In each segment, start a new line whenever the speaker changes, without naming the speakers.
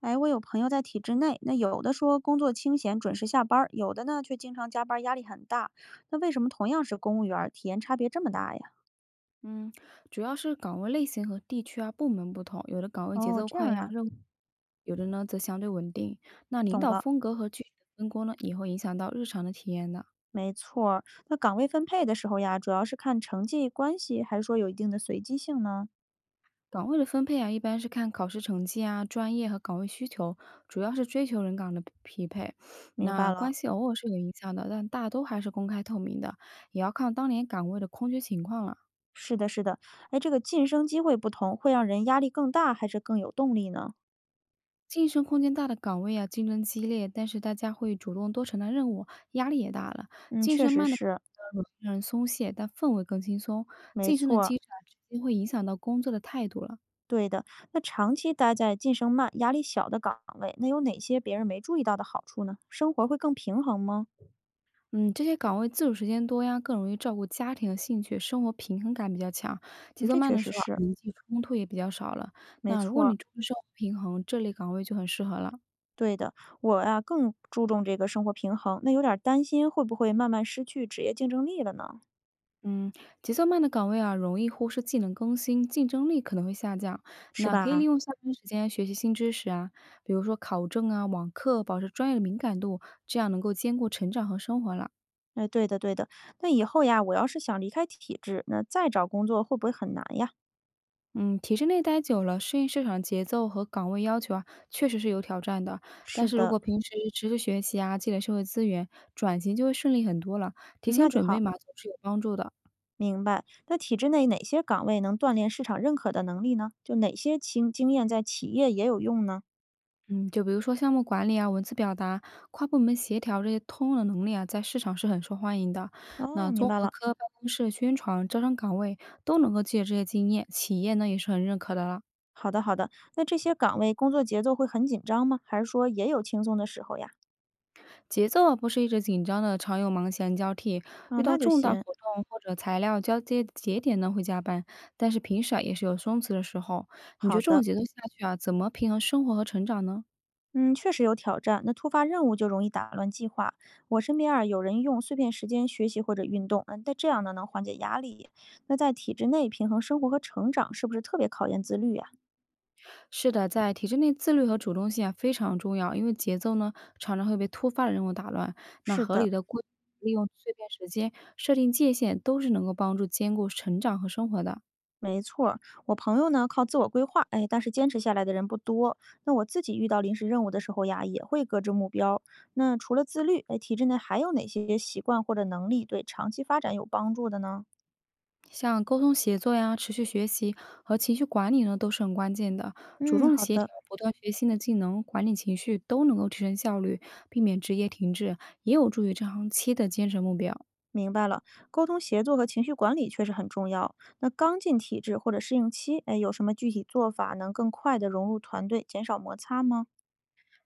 哎，我有朋友在体制内，那有的说工作清闲，准时下班儿，有的呢却经常加班儿，压力很大。那为什么同样是公务员儿，体验差别这么大呀？
嗯，主要是岗位类型和地区啊、部门不同，有的岗位节
哦，
奏
这样
快呀，
啊，
任务有的呢则相对稳定。那领
懂
导
了，
风格和具体的分工呢，也会影响到日常的体验的。
没错儿。那岗位分配的时候呀，主要是看成绩关系，还是说有一定的随机性呢？
岗位的分配啊，一般是看考试成绩啊、专业和岗位需求，主要是追求人岗的匹配。
明
那
白
关
了，
系偶尔是有影响的，但大都还是公开透明的，也要看当年岗位的空缺情况了。
是的，是的。哎，这个晋升机会不同，会让人压力更大，还是更有动力呢？
晋升空间大的岗位啊，竞争激烈，但是大家会主动多承担任务，压力也大了。
嗯，
晋
确
升
实
慢的，
是，
有些让人松懈，但氛围更轻松。
没
晋升
错
的
儿。
机制啊，直接会影响到工作的态度了。
对的，那长期待在晋升慢、压力小的岗位，那有哪些别人没注意到的好处呢？生活会更平衡吗？
嗯，这些岗位自主时间多呀，更容易照顾家庭和兴趣，生活平衡感比较强。节
嗯，
奏
这
慢
确
的时
实
候啊，
是，
人际冲突也比较少了。
没
那如果
错
你
儿，
重视生活平衡，这类岗位就很适合了。
对的。我呀、更注重这个生活平衡，那有点儿担心会不会慢慢失去职业竞争力了呢？
嗯，节奏慢的岗位啊，容易忽视技能更新，竞争力可能会下降。
是
那可以利
吧？
用下班时间学习新知识啊，比如说考证啊、网课，保持专业的敏感度，这样能够兼顾成长和生活了。
哎，对的，对的。那以后呀，我要是想离开体制，那再找工作会不会很难呀？
嗯，体制内待久了，适应市场节奏和岗位要求啊，确实是有挑战的。但
是
是如
的，
果平时持续学习啊，积累社会资源，转型就会顺利很多了。提
嗯
前
那就
准备
好，
嘛，总是有帮助的。
明白。那体制内哪些岗位能锻炼市场认可的能力呢？就哪些经验在企业也有用呢？
嗯，就比如说项目管理啊、文字表达、跨部门协调这些通用的能力啊，在市场是很受欢迎的。那
哦，明
综
白
合
了。
科、办公室宣传、招商岗位都能够借这些经验，企业呢也是很认可的了。
好的，好的。那这些岗位工作节奏会很紧张吗？还是说也有轻松的时候呀？
节奏啊不是一直紧张的，常有忙闲交替，
啊、
遇到
那就
重大
行。
活动或者材料交接节点呢会加班，但是平时啊也是有松弛的时候。你觉
好
得这种
的，
节奏下去啊，怎么平衡生活和成长呢？
嗯，确实有挑战。那突发任务就容易打乱计划。我身边啊有人用碎片时间学习或者运动，嗯，但这样呢能缓解压力。那在体制内平衡生活和成长，是不是特别考验自律呀？
是的，在体制内自律和主动性啊非常重要，因为节奏呢常常会被突发的任务打乱。那
是
合
的，
理的规利用碎片时间、设定界限，都是能够帮助兼顾成长和生活的。
没错儿。我朋友呢靠自我规划，哎，但是坚持下来的人不多。那我自己遇到临时任务的时候呀，也会搁置目标。那除了自律，哎，体制内还有哪些习惯或者能力对长期发展有帮助的呢？
像沟通协作呀、持续学习和情绪管理呢，都是很关键的。主
嗯，
动的
好
协调，
的，
不断学新的技能，管理情绪，都能够提升效率，避免职业停滞，也有助于长期的坚持目标。
明白了。沟通协作和情绪管理确实很重要。那刚进体制或者适应期，哎，有什么具体做法能更快的融入团队，减少摩擦吗？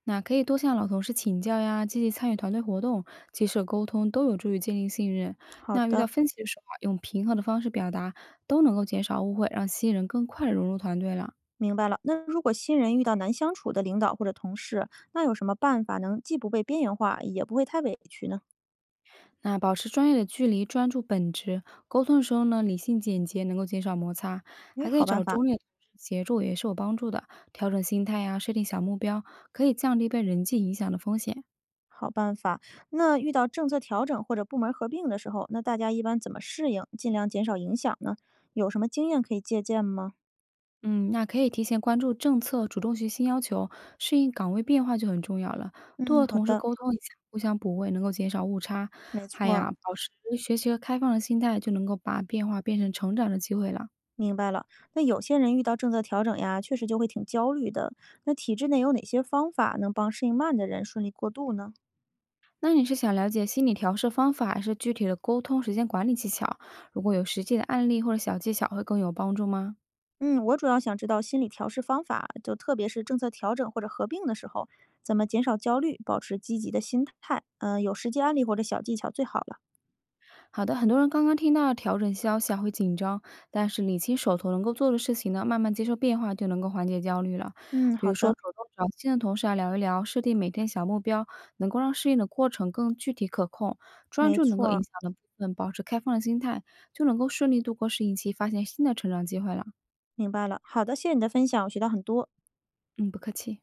那可以多向老同事请教呀，积极参与团队活动，及时沟通，都有助于建立信任。
好
那遇到
的，
分歧的时候啊，用平和的方式表达，都能够减少误会，让新人更快的融入团队了。
明白了。那如果新人遇到难相处的领导或者同事，那有什么办法能既不被边缘化，也不会太委屈呢？
那保持专业的距离，专注本职，沟通的时候呢，理性简洁，能够减少摩擦，
诶，
还可以
好办
找
法，
中立的同事协助，也是有帮助的。调整心态呀，设定小目标，可以降低被人际影响的风险。
好办法。那遇到政策调整或者部门合并的时候，那大家一般怎么适应，尽量减少影响呢？有什么经验可以借鉴吗？
嗯，那可以提前关注政策，主动学新要求，适应岗位变化就很重要了。多
嗯，
和
好
同事
的，
沟通一下，互相补位，能够减少误差。
没
还
错儿
呀，保持学习和开放的心态，就能够把变化变成成长的机会了。
明白了。那有些人遇到政策调整呀，确实就会挺焦虑的。那体制内有哪些方法能帮适应慢的人顺利过渡呢？
那你是想了解心理调试方法，还是具体的沟通时间管理技巧？如果有实际的案例或者小技巧，会更有帮助吗？
嗯，我主要想知道心理调试方法，就特别是政策调整或者合并的时候，怎么减少焦虑，保持积极的心态。嗯、有实际案例或者小技巧最好了。
好的，很多人刚刚听到调整消息啊会紧张，但是理清手头能够做的事情呢，慢慢接受变化就能够缓解焦虑了。
嗯，
比
好
如说，
的，
主动找新的同事啊聊一聊，设定每天小目标，能够让适应的过程更具体可控，专
没
注能
错
够影
儿
响的部分，保持开放的心态，就能够顺利度过适应期，发现新的成长机会了。
明白了。好的，谢谢你的分享，我学到很多。
嗯，不客气。